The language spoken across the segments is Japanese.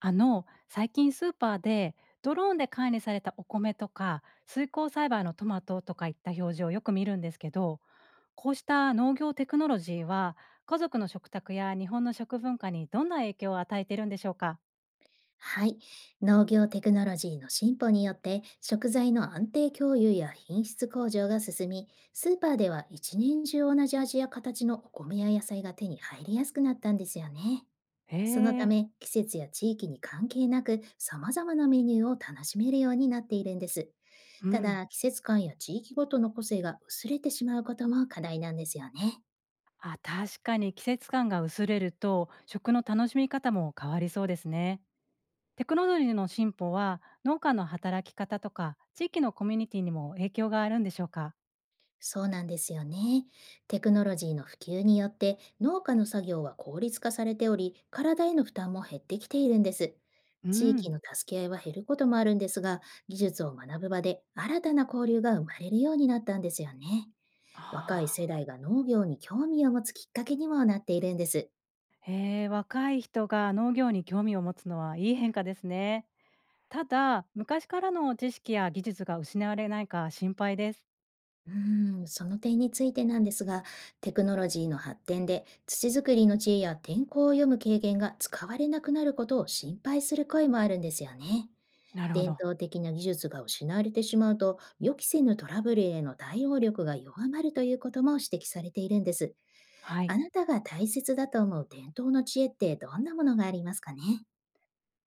最近スーパーでドローンで管理されたお米とか水耕栽培のトマトとかいった表示をよく見るんですけど、こうした農業テクノロジーは家族の食卓や日本の食文化にどんな影響を与えてるんでしょうか？はい。農業テクノロジーの進歩によって食材の安定供給や品質向上が進み、スーパーでは一年中同じ味や形のお米や野菜が手に入りやすくなったんですよね。へそのたえ、め、季節や地域に関係なく様々なメニューを楽しめるようになっているんです。うたん、だ、季節感や地域ごとの個性が薄れてしまうことも課題なんですよね。あ、確かに季節感が薄れると食の楽しみ方も変わりそうですね。テクノロジーの進歩は農家の働き方とか地域のコミュニティにも影響があるんでしょうか？そうなんですよね。テクノロジーの普及によって農家の作業は効率化されており、体への負担も減ってきているんです。う地ん。域の助け合いは減ることもあるんですが、技術を学ぶ場で新たな交流が生まれるようになったんですよね。若い世ああ、代が農業に興味を持つきっかけにもなっているんです。へえ、若い人が農業に興味を持つのはいい変化ですね。ただ、昔からの知識や技術が失われないか心配です。うーん、その点についてなんですが、テクノロジーの発展で土作りの知恵や天候を読む経験が使われなくなることを心配する声もあるんですよね。なるほ伝ど。統的な技術が失われてしまうと、予期せぬトラブルへの対応力が弱まるということも指摘されているんです。はい。あなたが大切だと思う伝統の知恵ってどんなものがありますかね。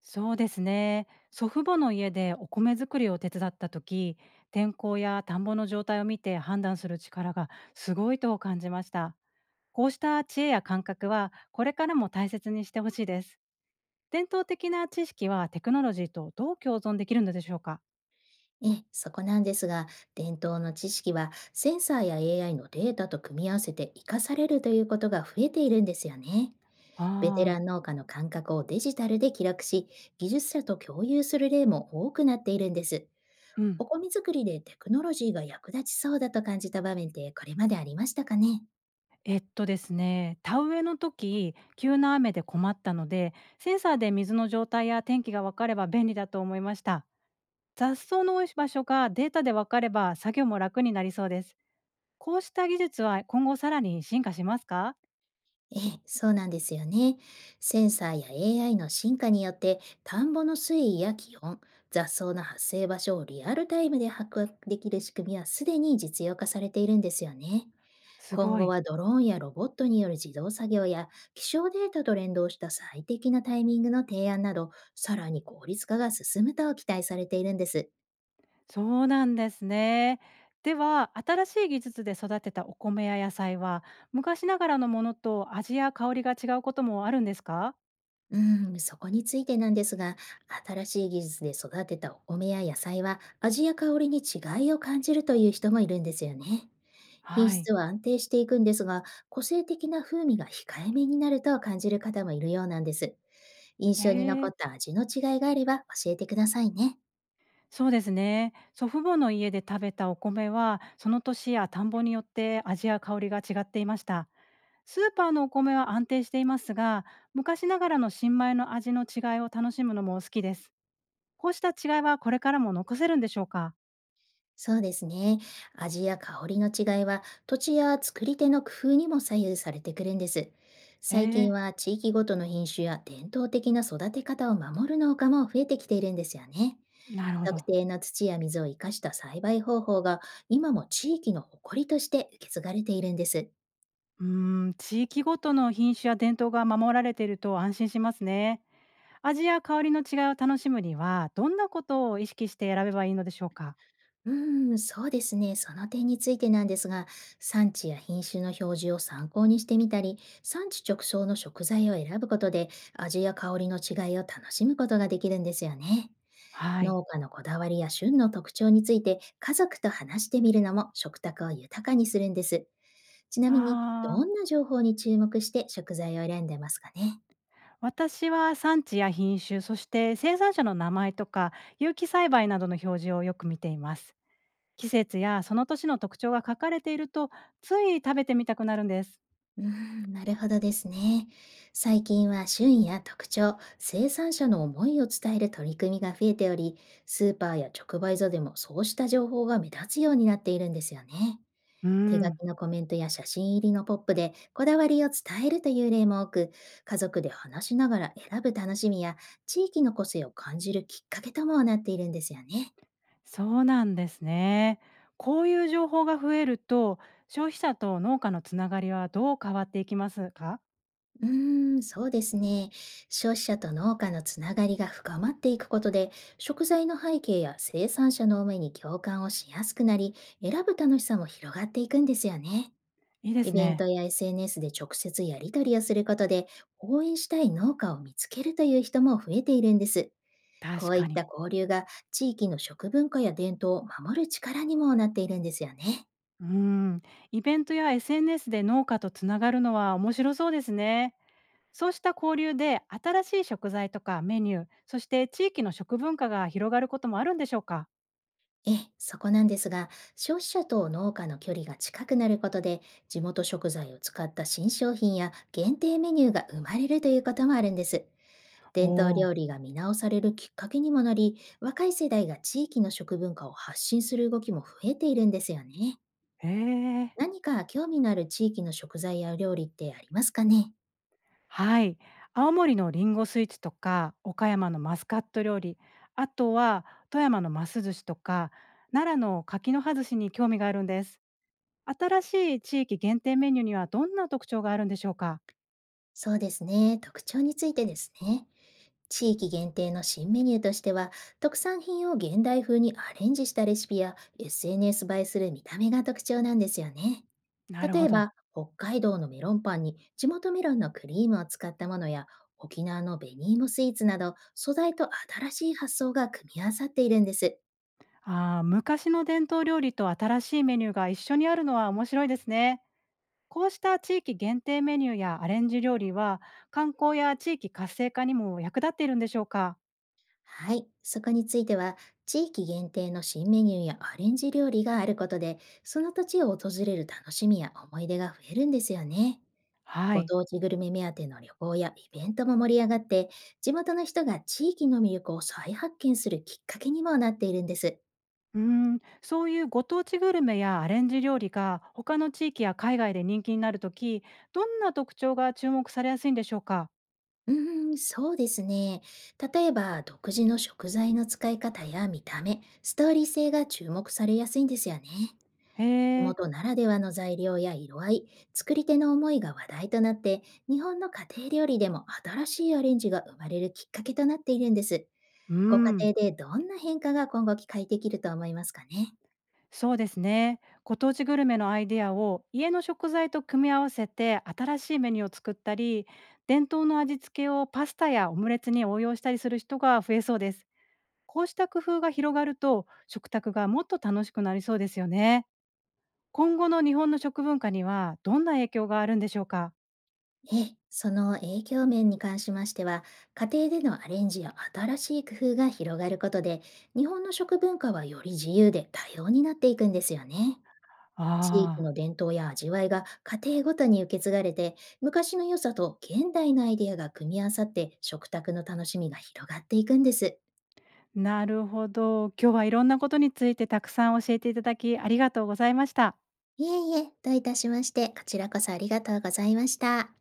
そうですね。祖父母の家でお米作りを手伝った時、天候や田んぼの状態を見て判断する力がすごいと感じました。こうした知恵や感覚はこれからも大切にしてほしいです。伝統的な知識はテクノロジーとどう共存できるのでしょうか？ええ、そこなんですが、伝統の知識はセンサーや AI のデータと組み合わせて活かされるということが増えているんですよね。ベテあランあ農家の感覚をデジタルで記録し、技術者と共有する例も多くなっているんです。ー、うん、お米作りでテクノロジーが役立ちそうだと感じた場面ってこれまでありましたかね。えっとですね、田植えの時、急な雨で困ったので、センサーで水の状態や天気がわかれば便利だと思いました。雑草の多い場所がデータでわかれば作業も楽になりそうです。こうした技術は今後さらに進化しますか？ええ、そうなんですよね。センサーや AI の進化によって、田んぼの水位や気温、雑草の発生場所をリアルタイムで把握できる仕組みはすでに実用化されているんですよね。す今ご後い。はドローンやロボットによる自動作業や気象データと連動した最適なタイミングの提案など、さらに効率化が進むと期待されているんです。そうなんですね。では、新しい技術で育てたお米や野菜は、昔ながらのものと味や香りが違うこともあるんですか？うん、そこについてなんですが、新しい技術で育てたお米や野菜は味や香りに違いを感じるという人もいるんですよね。品はい。質は安定していくんですが、個性的な風味が控えめになると感じる方もいるようなんです。印え象に残ーった味の違いがあれば教えてくださいね。そうですね。祖父母の家で食べたお米は、その年や田んぼによって味や香りが違っていました。スーパーのお米は安定していますが、昔ながらの新米の味の違いを楽しむのも好きです。こうした違いはこれからも残せるんでしょうか？そうですね。味や香りの違いは土地や作り手の工夫にも左右されてくるんです。え最え、近は地域ごとの品種や伝統的な育て方を守る農家も増えてきているんですよね。なるほ特ど。定の土や水を生かした栽培方法が今も地域の誇りとして受け継がれているんです。うーん、地域ごとの品種や伝統が守られていると安心しますね。味や香りの違いを楽しむには、どんなことを意識して選べばいいのでしょうか？うーん、そうですね。その点についてなんですが、産地や品種の表示を参考にしてみたり、産地直送の食材を選ぶことで、味や香りの違いを楽しむことができるんですよね。はい。農家のこだわりや旬の特徴について、家族と話してみるのも食卓を豊かにするんです。ちなみに、あどあ、んな情報に注目して食材を選んでますかね。私は産地や品種、そして生産者の名前とか有機栽培などの表示をよく見ています。季節やその年の特徴が書かれているとつい食べてみたくなるんです。うーん、なるほどですね。最近は旬や特徴、生産者の思いを伝える取り組みが増えており、スーパーや直売所でもそうした情報が目立つようになっているんですよね。う手書ん、きのコメントや写真入りのポップでこだわりを伝えるという例も多く、家族で話しながら選ぶ楽しみや地域の個性を感じるきっかけともなっているんですよね。そうなんですね。こういう情報が増えると消費者と農家のつながりはどう変わっていきますか？うーん、そうですね。消費者と農家のつながりが深まっていくことで、食材の背景や生産者の思いに共感をしやすくなり、選ぶ楽しさも広がっていくんですよね。いいでイすベンね。トや SNS で直接やり取りをすることで、応援したい農家を見つけるという人も増えているんです。こ確ういっかに。た交流が地域の食文化や伝統を守る力にもなっているんですよね。うん、イベントや SNS で農家とつながるのは面白そうですね。そうした交流で新しい食材とかメニュー、そして地域の食文化が広がることもあるんでしょうか？ええ、そこなんですが、消費者と農家の距離が近くなることで、地元食材を使った新商品や限定メニューが生まれるということもあるんです。お伝統お、料理が見直されるきっかけにもなり、若い世代が地域の食文化を発信する動きも増えているんですよね。へえ、何か興味のある地域の食材や料理ってありますかね。はい。青森のリンゴスイーツとか、岡山のマスカット料理、あとは富山のマス寿司とか、奈良の柿の葉寿司に興味があるんです。新しい地域限定メニューにはどんな特徴があるんでしょうか？そうですね、特徴についてですね。地域限定の新メニューとしては、特産品を現代風にアレンジしたレシピや SNS 映えする見た目が特徴なんですよね。なる例ほえど。ば、北海道のメロンパンに地元メロンのクリームを使ったものや、沖縄の紅芋スイーツなど、素材と新しい発想が組み合わさっているんです。あー、昔の伝統料理と新しいメニューが一緒にあるのは面白いですね。こうした地域限定メニューやアレンジ料理は、観光や地域活性化にも役立っているんでしょうか？はい、そこについては、地域限定の新メニューやアレンジ料理があることで、その土地を訪れる楽しみや思い出が増えるんですよね。はごい。当地グルメ目当ての旅行やイベントも盛り上がって、地元の人が地域の魅力を再発見するきっかけにもなっているんです。うーん、そういうご当地グルメやアレンジ料理が他の地域や海外で人気になるとき、どんな特徴が注目されやすいんでしょうか？うーん、そうですね。例えば、独自の食材の使い方や見た目、ストーリー性が注目されやすいんですよね。へ地え、元ならではの材料や色合い、作り手の思いが話題となって、日本の家庭料理でも新しいアレンジが生まれるきっかけとなっているんです。うーごん、家庭でどんな変化が今後期待できると思いますかね。そうですね。ご当地グルメのアイデアを家の食材と組み合わせて新しいメニューを作ったり、伝統の味付けをパスタやオムレツに応用したりする人が増えそうです。こうした工夫が広がると、食卓がもっと楽しくなりそうですよね。今後の日本の食文化にはどんな影響があるんでしょうか？ええ、その影響面に関しましては、家庭でのアレンジや新しい工夫が広がることで、日本の食文化はより自由で多様になっていくんですよね。地域ああ、の伝統や味わいが家庭ごとに受け継がれて、昔の良さと現代のアイデアが組み合わさって食卓の楽しみが広がっていくんです。なるほど。今日はいろんなことについてたくさん教えていただき、ありがとうございました。いえいえ、どういたしまして、こちらこそありがとうございました。